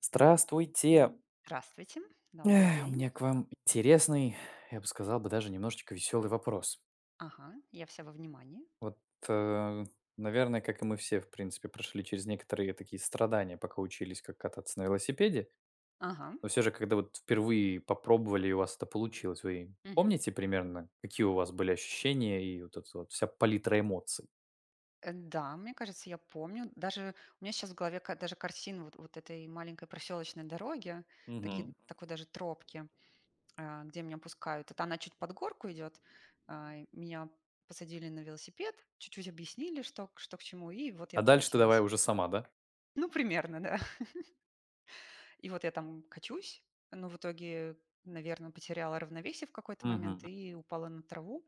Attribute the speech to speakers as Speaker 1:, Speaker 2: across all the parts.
Speaker 1: Здравствуйте.
Speaker 2: Мгм. Здравствуйте, добрый
Speaker 1: Эх, у
Speaker 2: день.
Speaker 1: меня к вам интересный, я бы сказал бы, даже немножечко веселый вопрос.
Speaker 2: Ага, я вся во внимании.
Speaker 1: Вот, э, наверное, как и мы все, в принципе, прошли через некоторые такие страдания, пока учились, как кататься на велосипеде.
Speaker 2: Ага,
Speaker 1: Но все же, когда вот впервые попробовали, и у вас это получилось, вы
Speaker 2: мгм.
Speaker 1: помните примерно, какие у вас были ощущения и вот эта вот вся палитра эмоций?
Speaker 2: Да, мне кажется, я помню. Даже у меня сейчас в голове ка даже картина вот этой маленькой проселочной дороги,
Speaker 1: Мгм.
Speaker 2: такой даже тропки, а, где меня пускают. Это она чуть под горку идет. А, и меня посадили на велосипед, чуть-чуть объяснили, что к чему, и вот
Speaker 1: А
Speaker 2: я
Speaker 1: дальше ты давай
Speaker 2: покатилась.
Speaker 1: уже сама, да?
Speaker 2: Ну, примерно, да. И вот я там качусь, но в итоге, наверное, потеряла равновесие в какой-то момент
Speaker 1: Мгм.
Speaker 2: и упала на траву.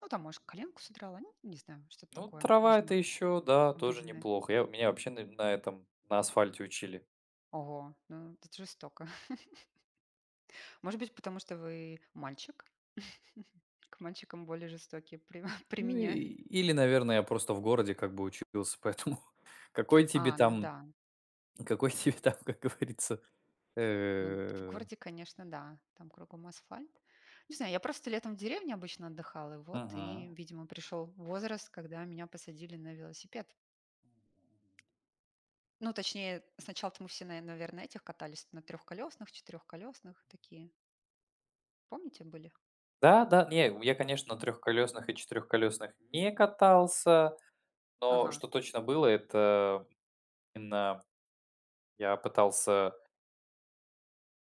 Speaker 2: Ну, там, может, коленку содрала, ну, не знаю, что-то
Speaker 1: Ну,
Speaker 2: такое
Speaker 1: трава это
Speaker 2: весьма
Speaker 1: еще, да, тоже
Speaker 2: обыденное.
Speaker 1: неплохо. Меня вообще на этом, на асфальте учили.
Speaker 2: Ого, ну это жестоко. Может быть, потому что вы мальчик? К мальчикам более жестокие
Speaker 1: Ну и
Speaker 2: применяют.
Speaker 1: или, наверное, я просто в городе как бы учился, поэтому какой тебе
Speaker 2: А, ну
Speaker 1: там
Speaker 2: да.
Speaker 1: какой тебе там, как говорится,
Speaker 2: Ну, в
Speaker 1: э
Speaker 2: городе, конечно, да. Там кругом асфальт. Не знаю, я просто летом в деревне обычно отдыхала, и вот, и,
Speaker 1: Мгм.
Speaker 2: видимо, пришел возраст, когда меня посадили на велосипед. Ну, точнее, сначала-то мы все, наверное, этих катались на трехколесных, четырехколесных такие. Помните, были?
Speaker 1: Да-да, не, я, конечно, на трехколесных и четырехколесных не катался, но
Speaker 2: Ага.
Speaker 1: что точно было, это именно я пытался,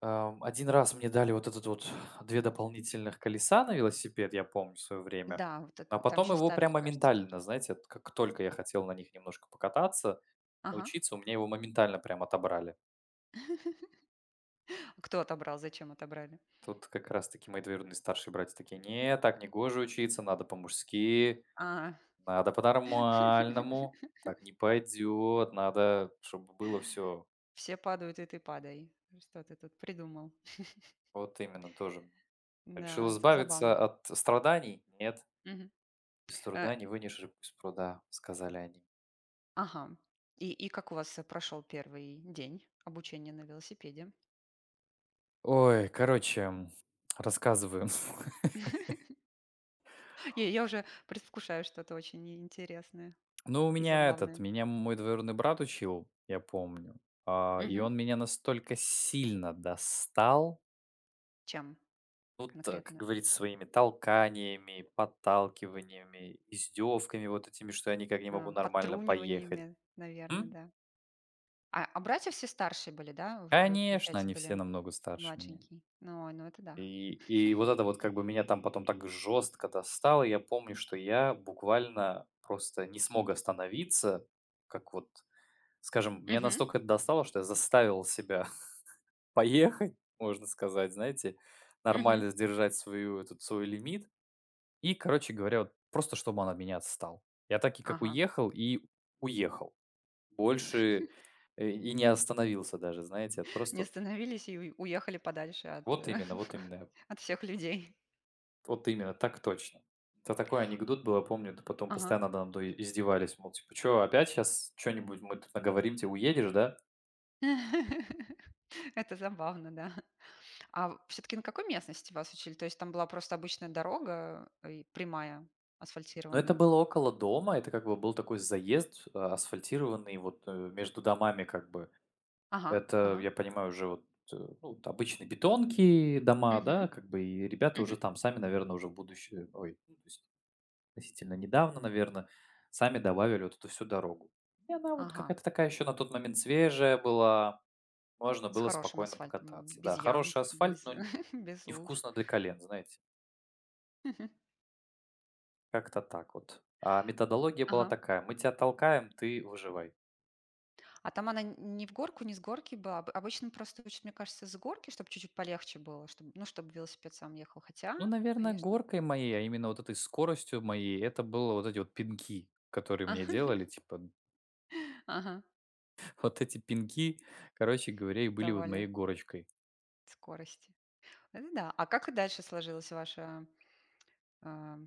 Speaker 1: один раз мне дали вот этот вот 2 дополнительных колеса на велосипед, я помню, в свое время,
Speaker 2: Да, вот эт
Speaker 1: а
Speaker 2: там
Speaker 1: потом
Speaker 2: еще
Speaker 1: его
Speaker 2: ставили,
Speaker 1: прямо
Speaker 2: кажется,
Speaker 1: ментально,
Speaker 2: такие.
Speaker 1: знаете, вот как только я хотел на них немножко покататься
Speaker 2: Ага.
Speaker 1: учиться, у меня его моментально прям отобрали.
Speaker 2: Кто отобрал? Зачем отобрали?
Speaker 1: Тут как раз-таки мои двоюродные старшие братья такие: «Не, так не гоже учиться, надо по-мужски,
Speaker 2: А.
Speaker 1: надо по-нормальному, так не пойдет, надо, чтобы было все».
Speaker 2: Все падают, и ты падай. Что ты тут придумал?
Speaker 1: Вот именно тоже. Решил
Speaker 2: Да, з
Speaker 1: избавиться
Speaker 2: забавно.
Speaker 1: от страданий? Нет.
Speaker 2: Мгм.
Speaker 1: Без
Speaker 2: Э,
Speaker 1: труда не вынешь рыбку из пруда, сказали они.
Speaker 2: ага. И как у вас, прошел первый день обучения на велосипеде?
Speaker 1: Ой, короче, рассказываю.
Speaker 2: Я уже предвкушаю что-то очень интересное
Speaker 1: Ну, у
Speaker 2: и
Speaker 1: меня этот,
Speaker 2: забавное.
Speaker 1: меня мой двоюродный брат учил, я помню, и
Speaker 2: Мгм.
Speaker 1: он меня настолько сильно достал.
Speaker 2: Чем
Speaker 1: Тут, как
Speaker 2: конкретно?
Speaker 1: говорится, своими толканиями, подталкиваниями, издевками вот этими, что я никак не могу
Speaker 2: А,
Speaker 1: нормально поехать.
Speaker 2: подтруниваниями, наверное,
Speaker 1: М?
Speaker 2: да. А братья все старшие были, да? Вы,
Speaker 1: Конечно,
Speaker 2: получается,
Speaker 1: они все
Speaker 2: были
Speaker 1: намного старше меня.
Speaker 2: младшенький. Ну, ой, ну это да.
Speaker 1: И, и вот это вот как бы меня там потом так жестко достало. Я помню, что я буквально просто не смог остановиться, как вот, скажем, меня
Speaker 2: Мгм.
Speaker 1: настолько это достало, что я заставил себя поехать, можно сказать, знаете,
Speaker 2: Мгм.
Speaker 1: нормально сдержать свою, этот свой лимит. И, короче говоря, вот просто чтобы он от меня отстал. Я так и как
Speaker 2: Ага.
Speaker 1: уехал, и уехал. Больше и не остановился даже, знаете, от
Speaker 2: Не
Speaker 1: просто вот
Speaker 2: остановились и у уехали подальше
Speaker 1: вот именно, вот именно,
Speaker 2: от всех людей.
Speaker 1: вот именно, так точно. Это такой анекдот был, я помню, это потом
Speaker 2: Ага.
Speaker 1: постоянно надо мной издевались, мол, типа, что, опять сейчас что-нибудь мы тут наговорим, тебе уедешь, да?
Speaker 2: Это забавно, да. А все-таки на какой местности вас учили? То есть там была просто обычная дорога, прямая,
Speaker 1: Но это
Speaker 2: асфальтированная?
Speaker 1: было около дома, это как бы был такой заезд, асфальтированный вот между домами как бы.
Speaker 2: Ага,
Speaker 1: Это,
Speaker 2: ага.
Speaker 1: я понимаю, уже вот, ну, вот обычные бетонки, дома,
Speaker 2: Мгм.
Speaker 1: да, как бы, и ребята уже
Speaker 2: Мгм.
Speaker 1: там сами, наверное, уже в будущее, ой, ну, то есть относительно недавно, наверное, сами добавили вот эту всю дорогу. И она вот
Speaker 2: Ага.
Speaker 1: какая-то такая еще на тот момент свежая была, можно
Speaker 2: С
Speaker 1: было
Speaker 2: хорошим
Speaker 1: спокойно
Speaker 2: асфальтом,
Speaker 1: покататься.
Speaker 2: без
Speaker 1: Да,
Speaker 2: ям,
Speaker 1: хороший асфальт,
Speaker 2: без
Speaker 1: но
Speaker 2: без луж.
Speaker 1: невкусно для колен, знаете, как-то так вот. А методология была
Speaker 2: Ага.
Speaker 1: такая: мы тебя толкаем, ты выживай.
Speaker 2: А там она не в горку, не с горки была. Об обычно просто учат, мне кажется, с горки, чтобы чуть-чуть полегче было, чтобы велосипед сам ехал. Хотя,
Speaker 1: Ну, наверное,
Speaker 2: конечно.
Speaker 1: горкой моей, а именно вот этой скоростью моей, это было вот эти вот пинки, которые мне делали. Типа,
Speaker 2: Ага,
Speaker 1: вот эти пинки, короче говоря, и были вот
Speaker 2: давали
Speaker 1: моей горочкой.
Speaker 2: скорости. Это да. А как и дальше сложилась а,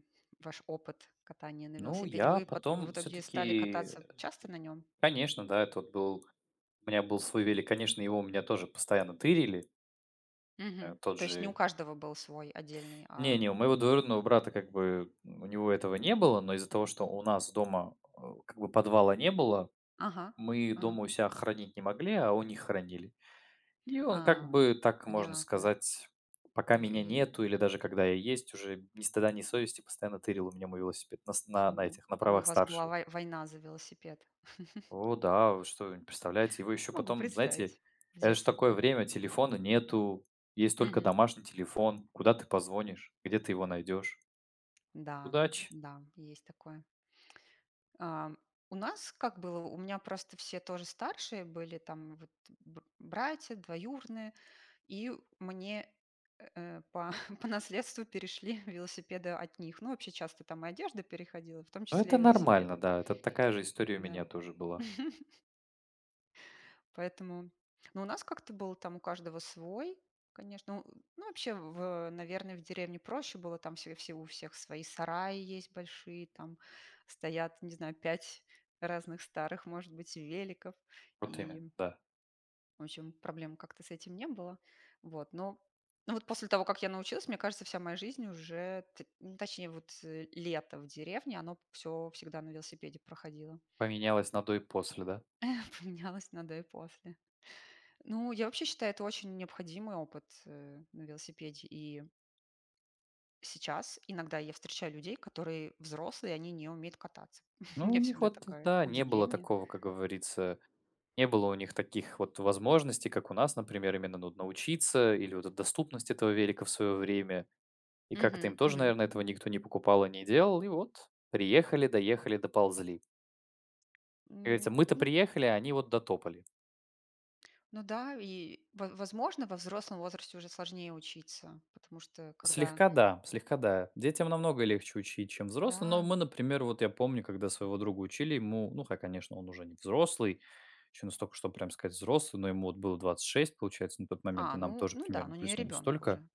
Speaker 2: ваш опыт катания на
Speaker 1: Ну,
Speaker 2: велосипеде?
Speaker 1: я
Speaker 2: Вы пот в
Speaker 1: потом все
Speaker 2: итоге стали
Speaker 1: таки
Speaker 2: кататься часто на нем?
Speaker 1: конечно, да, это вот был у меня был свой велик, конечно, его у меня тоже постоянно тырили.
Speaker 2: Мгм.
Speaker 1: Тот
Speaker 2: То есть не у
Speaker 1: же
Speaker 2: каждого был свой отдельный,
Speaker 1: не,
Speaker 2: а.
Speaker 1: не, у моего двоюродного брата как бы, у него этого не было, но из-за того, что у нас дома, как бы подвала не было,
Speaker 2: Ага,
Speaker 1: мы
Speaker 2: ага.
Speaker 1: дома у себя хранить не могли, а у них хранили. И он как
Speaker 2: А,
Speaker 1: бы, так можно
Speaker 2: понятно.
Speaker 1: сказать, пока
Speaker 2: В
Speaker 1: меня
Speaker 2: и
Speaker 1: нету или даже когда я есть, уже ни стыда, ни совести постоянно тырил у меня мой велосипед на, с-
Speaker 2: с
Speaker 1: на, на
Speaker 2: ну,
Speaker 1: этих, на
Speaker 2: там у
Speaker 1: правах
Speaker 2: вас была
Speaker 1: старшего.
Speaker 2: война за велосипед.
Speaker 1: О, да, вы что, вы не представляете? Его еще
Speaker 2: Могу
Speaker 1: потом, знаете,
Speaker 2: представить. В
Speaker 1: это же такое
Speaker 2: детстве-то.
Speaker 1: время, телефона нету, есть только
Speaker 2: Мгм.
Speaker 1: домашний телефон, куда ты позвонишь, где ты его найдешь.
Speaker 2: Да,
Speaker 1: Удачи.
Speaker 2: да, есть такое. Ам, у нас как было, у меня просто все тоже старшие были, там вот братья двоюродные, и мне э, по, по наследству перешли велосипеды от них. Ну, вообще часто там и одежда переходила, в том
Speaker 1: Ну,
Speaker 2: числе и
Speaker 1: это нормально,
Speaker 2: велосипеды.
Speaker 1: да, это такая же история у
Speaker 2: Да.
Speaker 1: меня тоже была.
Speaker 2: Поэтому, ну, у нас как-то был там у каждого свой, конечно. Ну, ну, вообще, наверное, в деревне проще было, там все у всех свои сараи есть большие, там стоят, не знаю, пять разных старых, может быть, великов.
Speaker 1: Вот именно,
Speaker 2: И,
Speaker 1: да.
Speaker 2: в общем, проблем как-то с этим не было. Вот, но ну вот после того, как я научилась, мне кажется, вся моя жизнь уже, точнее, вот лето в деревне, оно все всегда на велосипеде проходило.
Speaker 1: Поменялось на до и после, да.
Speaker 2: Поменялось надо и после. Ну, я вообще считаю, это очень необходимый опыт на велосипеде. И сейчас иногда я встречаю людей, которые взрослые, они не умеют кататься. У
Speaker 1: Ну,
Speaker 2: меня
Speaker 1: у них
Speaker 2: всегда
Speaker 1: вот,
Speaker 2: такое
Speaker 1: да, не было
Speaker 2: удивление.
Speaker 1: такого, как говорится. Не было у них таких вот возможностей, как у нас, например, именно ну, научиться или вот доступность этого велика в свое время. И как-то
Speaker 2: Мгм,
Speaker 1: им тоже,
Speaker 2: мгм.
Speaker 1: наверное, этого никто не покупал и не делал. И вот приехали, доехали, доползли. Как говорится, мы-то
Speaker 2: Ну,
Speaker 1: приехали, а они вот дотопали.
Speaker 2: ну да, и, возможно, во взрослом возрасте уже сложнее учиться, потому что когда,
Speaker 1: Слегка да, слегка да. Детям намного легче учить, чем взрослым. Но
Speaker 2: да,
Speaker 1: мы, например, вот я помню, когда своего друга учили, ему, ну, хотя, конечно, он уже не взрослый, еще настолько, что прям сказать взрослый, но ему вот было 26, получается, на тот момент, и нам
Speaker 2: ну,
Speaker 1: тоже
Speaker 2: ну да, ну
Speaker 1: примерно
Speaker 2: не
Speaker 1: плюс-минус
Speaker 2: ребенок
Speaker 1: столько.
Speaker 2: уже.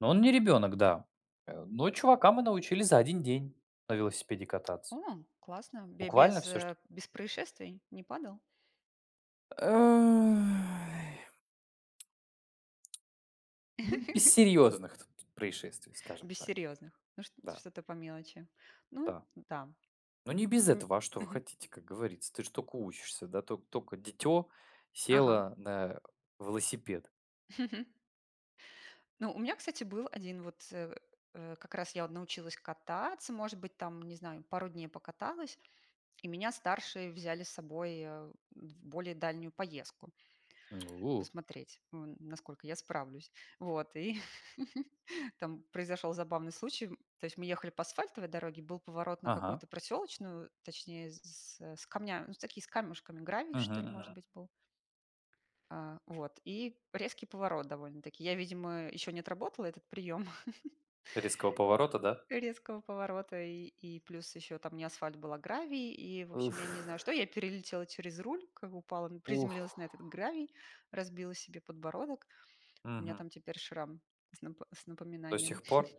Speaker 1: Но он не ребенок, да. Но чувака мы научили за один день на велосипеде кататься.
Speaker 2: О, классно,
Speaker 1: Буквально все что.
Speaker 2: без происшествий не падал,
Speaker 1: Ой. Ну, без серьезных тут происшествий, скажем
Speaker 2: без
Speaker 1: так.
Speaker 2: серьезных, ну
Speaker 1: Да,
Speaker 2: что-то по мелочи. Ну,
Speaker 1: да.
Speaker 2: да,
Speaker 1: Но не без
Speaker 2: Пом
Speaker 1: этого, а что вы
Speaker 2: Мгм.
Speaker 1: хотите, как говорится? Ты ж только учишься, да, только тока дитё
Speaker 2: Ага.
Speaker 1: село на велосипед.
Speaker 2: Ну, у меня, кстати, был один вот, как раз я вот научилась кататься, может быть, там, не знаю, пару дней покаталась, и меня старшие взяли с собой, в более дальнюю поездку
Speaker 1: Ну,
Speaker 2: посмотреть, насколько я справлюсь. Вот, и там произошел забавный случай. То есть мы ехали по асфальтовой дороге, был поворот на
Speaker 1: ага,
Speaker 2: какую-то проселочную, точнее, с э, с камня ну, такие с камешками, гравий,
Speaker 1: мгм,
Speaker 2: что ли, может
Speaker 1: мгм.
Speaker 2: быть, был. А, вот. И резкий поворот довольно-таки. Я, видимо, еще не отработала этот прием
Speaker 1: Резкого поворота, да?
Speaker 2: резкого поворота, и плюс еще там не асфальт был, а гравий, и, в общем,
Speaker 1: Ух.
Speaker 2: я не знаю, что. Я перелетела через руль, как бы упала,
Speaker 1: Ух.
Speaker 2: приземлилась на этот гравий, разбила себе подбородок. У меня
Speaker 1: Мгм.
Speaker 2: там теперь шрам с
Speaker 1: До
Speaker 2: напоминанием.
Speaker 1: сих пор?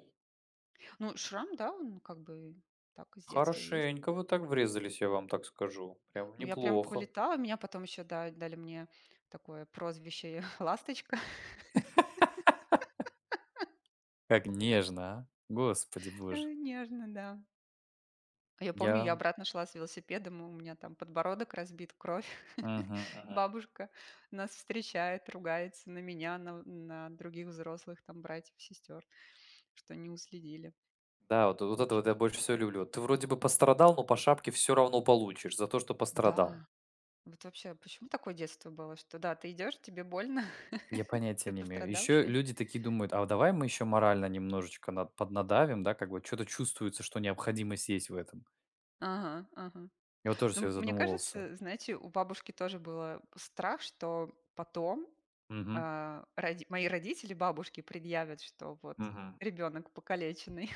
Speaker 2: Ну, шрам, да, он как бы так с детства есть.
Speaker 1: Хорошенько вы так врезались, я вам так скажу. Прям
Speaker 2: Ну, я прям
Speaker 1: неплохо.
Speaker 2: полетала, меня потом еще да, дали мне такое прозвище «Ласточка».
Speaker 1: Как нежно, а. Господи боже.
Speaker 2: Нежно, да. А, я помню, я
Speaker 1: Я
Speaker 2: обратно шла с велосипедом, у меня там подбородок разбит, кровь.
Speaker 1: мгм, мгм.
Speaker 2: Бабушка нас встречает, ругается на меня, на других взрослых, там, братьев, сестер, что не уследили.
Speaker 1: Да, вот вот
Speaker 2: В
Speaker 1: это вот
Speaker 2: общем,
Speaker 1: я больше всего люблю. Вот ты вроде бы пострадал, но по шапке все равно получишь за то, что пострадал.
Speaker 2: да, вот вообще, почему такое детство было, что да, ты идешь, тебе больно,
Speaker 1: Я понятия
Speaker 2: ты
Speaker 1: не имею. Еще
Speaker 2: пострадавший.
Speaker 1: люди такие думают: «А давай мы еще морально немножечко над поднадавим», да, как бы что то чувствуется, что необходимость есть в этом.
Speaker 2: Ага, ага.
Speaker 1: Я вот тоже
Speaker 2: Ну,
Speaker 1: себе
Speaker 2: мне
Speaker 1: задумывался.
Speaker 2: кажется, знаете, у бабушки тоже был страх, что потом
Speaker 1: Мгм,
Speaker 2: мои родители, бабушки, предъявят, что вот
Speaker 1: мгм.
Speaker 2: ребенок покалеченный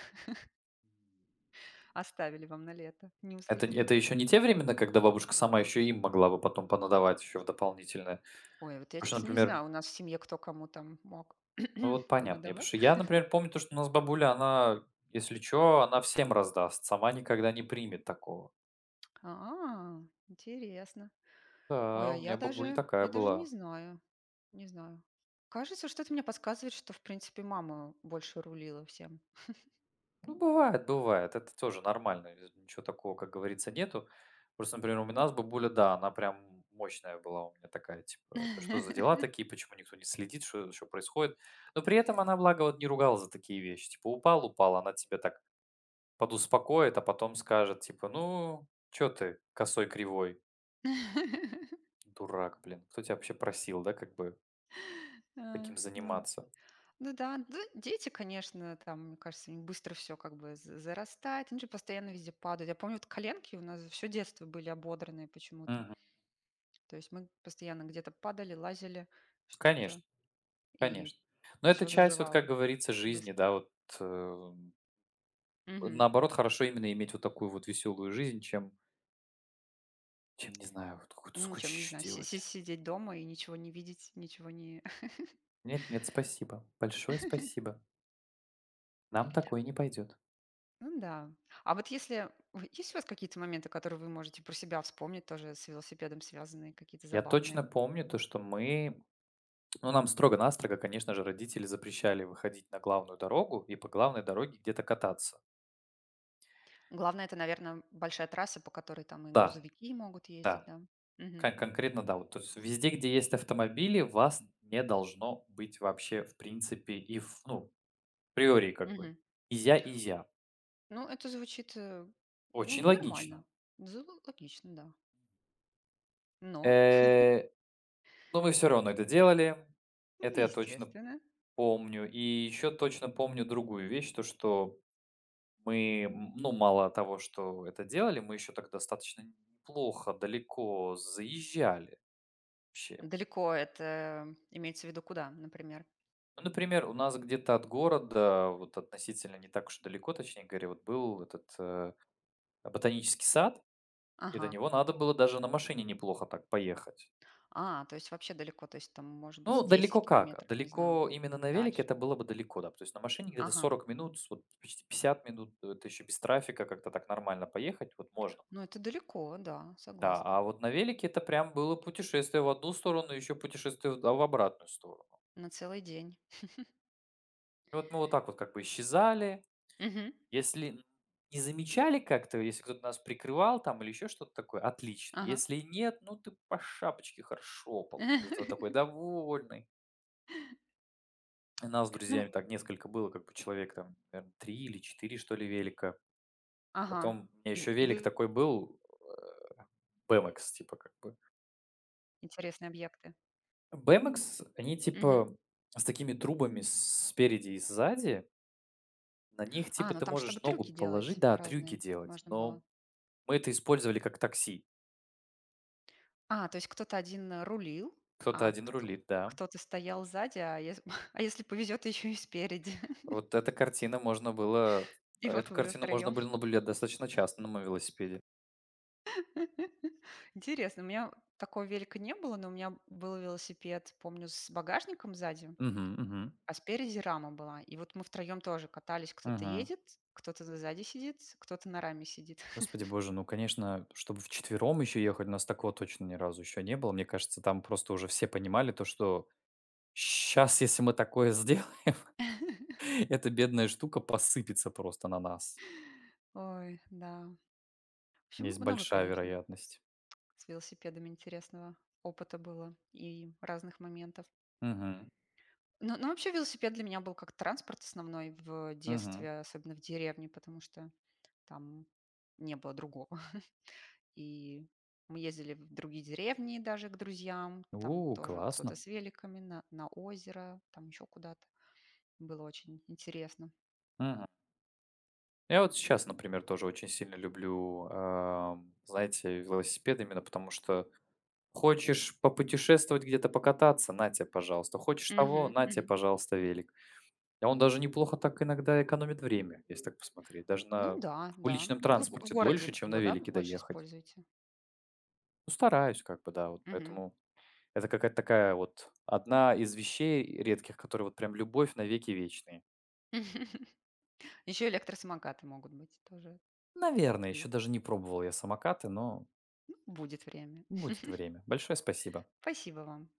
Speaker 2: оставили вам на лето, не уследили.
Speaker 1: Это еще не те времена, когда бабушка сама еще им могла бы потом понадавать еще в дополнительное?
Speaker 2: Ой, вот я,
Speaker 1: Потому что,
Speaker 2: честно, не
Speaker 1: например,
Speaker 2: знаю, у нас в семье кто кому там мог
Speaker 1: ну вот понятно. Я потому
Speaker 2: понадавать.
Speaker 1: что я, например, помню то, что у нас бабуля, она, если чё, она всем раздаст, сама никогда не примет такого.
Speaker 2: А, интересно. Ой,
Speaker 1: Да, у меня бабуля такая
Speaker 2: я даже не
Speaker 1: была.
Speaker 2: знаю, не знаю. Кажется, что-то мне подсказывает, что, в принципе, мама больше рулила всем.
Speaker 1: Ну, бывает, бывает, это тоже нормально, ничего такого, как говорится, нету. Просто, например, у нас бабуля, да, она прям мощная была у меня такая, типа: «Да что за дела такие, почему никто не следит, что происходит». Но при этом она, благо, вот не ругала за такие вещи. Типа, упал, упал, она тебя так подуспокоит, а потом скажет, типа, ну, чё ты косой кривой, дурак, блин. Кто тебя вообще просил, да, как бы
Speaker 2: А,
Speaker 1: таким
Speaker 2: Ну
Speaker 1: заниматься?
Speaker 2: Ну да, да, дети, конечно, там, мне кажется, им быстро все как бы зарастает, они же постоянно везде падают. Я помню, вот коленки у нас все детство были ободранные почему-то.
Speaker 1: Мгм.
Speaker 2: То есть мы постоянно где-то падали, лазили, что-то,
Speaker 1: Конечно,
Speaker 2: и
Speaker 1: конечно. Но это
Speaker 2: все
Speaker 1: часть, вот как
Speaker 2: заживало
Speaker 1: говорится, жизни,
Speaker 2: быстро.
Speaker 1: да, вот, э,
Speaker 2: Мгм.
Speaker 1: наоборот, хорошо именно иметь вот такую вот веселую жизнь, чем, чем не знаю, вот какую-то
Speaker 2: Ну, чем, не
Speaker 1: скучищу
Speaker 2: знаю,
Speaker 1: делать.
Speaker 2: сидеть дома и ничего не видеть, ничего не
Speaker 1: Нет, нет, спасибо. Большое спасибо. Нам такое не пойдет.
Speaker 2: Ну да. А вот если... вы- Есть у вас какие-то моменты, которые вы можете про себя вспомнить, тоже с велосипедом связанные, какие-то
Speaker 1: Я
Speaker 2: забавные?
Speaker 1: точно помню то, что мы, ну, нам строго-настрого, конечно же, родители запрещали выходить на главную дорогу и по главной дороге где-то кататься.
Speaker 2: Главное, это, наверное, большая трасса, по которой там и
Speaker 1: Да,
Speaker 2: грузовики могут ездить,
Speaker 1: да.
Speaker 2: да. Мгм.
Speaker 1: Конкретно, да. Вот, то есть везде, где есть автомобили, вас не должно быть вообще в принципе и в ну, априори как бы.
Speaker 2: Мгм.
Speaker 1: И я, и я.
Speaker 2: Ну, это звучит,
Speaker 1: Очень
Speaker 2: ну, нормально.
Speaker 1: логично.
Speaker 2: З логично, да. Но,
Speaker 1: Э, но мы все равно это делали.
Speaker 2: ну,
Speaker 1: Это я точно
Speaker 2: естественно.
Speaker 1: помню. И еще точно помню другую вещь, то что мы, ну, мало того, что это делали, мы еще так достаточно неплохо далеко заезжали вообще.
Speaker 2: Далеко это имеется в виду куда, например?
Speaker 1: Ну, например, у нас где-то от города, вот относительно не так уж и далеко, точнее говоря, вот был этот ботанический сад, и
Speaker 2: Ага.
Speaker 1: до него надо было даже на машине неплохо так поехать.
Speaker 2: А, то есть вообще далеко, то есть там, может быть,
Speaker 1: Ну,
Speaker 2: 10
Speaker 1: далеко как?
Speaker 2: километров, не знаю,
Speaker 1: Далеко
Speaker 2: было.
Speaker 1: именно на велике
Speaker 2: Дальше.
Speaker 1: это было бы далеко, да. То есть на машине где-то
Speaker 2: Ага.
Speaker 1: 40 минут, вот почти 50 минут, это еще без трафика, как-то так нормально поехать, вот можно.
Speaker 2: Ну, это далеко, да,
Speaker 1: Да,
Speaker 2: согласна.
Speaker 1: а вот на велике это прям было путешествие в одну сторону, еще путешествие в обратную сторону.
Speaker 2: На целый день.
Speaker 1: И вот мы вот так вот как бы исчезали.
Speaker 2: Мгм.
Speaker 1: Если не замечали как-то, если кто-то нас прикрывал там или еще что-то такое, отлично.
Speaker 2: Ага.
Speaker 1: Если нет, ну ты по шапочке хорошо пол. Зато такой довольный. И нас с
Speaker 2: Ну,
Speaker 1: друзьями так несколько было, как бы человек там, наверное, 3 или 4, что ли, велика.
Speaker 2: ага.
Speaker 1: Потом у меня
Speaker 2: И
Speaker 1: еще
Speaker 2: и вы
Speaker 1: велик такой был, э, BMX, типа как бы.
Speaker 2: интересные объекты.
Speaker 1: BMX, они
Speaker 2: Мгм.
Speaker 1: типа с такими трубами спереди и сзади, на них
Speaker 2: А,
Speaker 1: типа
Speaker 2: ну
Speaker 1: ты
Speaker 2: там, чтобы
Speaker 1: можешь ногу
Speaker 2: трюки
Speaker 1: положить,
Speaker 2: делать
Speaker 1: да, трюки
Speaker 2: разные
Speaker 1: делать,
Speaker 2: можно
Speaker 1: но
Speaker 2: было.
Speaker 1: мы это использовали как такси.
Speaker 2: А, то есть кто-то один, рулил,
Speaker 1: Кто-то
Speaker 2: а
Speaker 1: один
Speaker 2: кто
Speaker 1: рулит, да,
Speaker 2: кто-то стоял сзади, а ес а если повезет, еще и спереди.
Speaker 1: Вот эта картина можно было
Speaker 2: И вот
Speaker 1: эту
Speaker 2: вы уже
Speaker 1: картину можно
Speaker 2: втроем.
Speaker 1: было наблюдать достаточно часто на моем велосипеде.
Speaker 2: Интересно, у меня такого велика не было, но у меня был велосипед, помню, с багажником сзади,
Speaker 1: Мгм, мгм,
Speaker 2: а спереди рама была. И вот мы втроем тоже катались: кто-то
Speaker 1: мгм.
Speaker 2: едет, кто-то сзади сидит, кто-то на раме сидит.
Speaker 1: Господи боже, ну, конечно, чтобы вчетвером еще ехать, у нас такого точно ни разу еще не было. Мне кажется, там просто уже все понимали то, что сейчас, если мы такое сделаем, эта бедная штука посыпется просто на нас.
Speaker 2: Ой, да. В общем,
Speaker 1: Есть
Speaker 2: много,
Speaker 1: большая
Speaker 2: конечно.
Speaker 1: вероятность.
Speaker 2: С велосипедом интересного опыта было и разных моментов.
Speaker 1: Мгм,
Speaker 2: Ну, но вообще велосипед для меня был как транспорт основной в
Speaker 1: мгм.
Speaker 2: детстве, особенно в деревне, потому что там не было другого. И мы ездили в другие деревни даже к друзьям, там
Speaker 1: У,
Speaker 2: тоже кто-то
Speaker 1: классно.
Speaker 2: с великами на озеро, там еще куда-то. Было очень интересно.
Speaker 1: Мгм. Я вот сейчас, например, тоже очень сильно люблю, знаете, велосипед именно потому, что хочешь попутешествовать, где-то покататься- на те, пожалуйста. Хочешь того-
Speaker 2: Мгм,
Speaker 1: на те,
Speaker 2: мгм.
Speaker 1: пожалуйста, велик. А он даже неплохо так иногда экономит время, если так посмотреть. Даже
Speaker 2: Ну
Speaker 1: на
Speaker 2: да, да.
Speaker 1: уличном
Speaker 2: А вы в
Speaker 1: транспорте дольше,
Speaker 2: городе
Speaker 1: чем
Speaker 2: его,
Speaker 1: на
Speaker 2: да,
Speaker 1: велике
Speaker 2: больше
Speaker 1: доехать.
Speaker 2: используете?
Speaker 1: Ну, стараюсь как бы, да, вот
Speaker 2: Мгм.
Speaker 1: поэтому это какая-то такая вот одна из вещей редких, которые вот прям любовь навеки вечные.
Speaker 2: Еще электросамокаты могут быть тоже
Speaker 1: Наверное, еще
Speaker 2: такие.
Speaker 1: даже не пробовал я самокаты, но
Speaker 2: Будет время.
Speaker 1: будет время. Большое спасибо.
Speaker 2: Спасибо вам.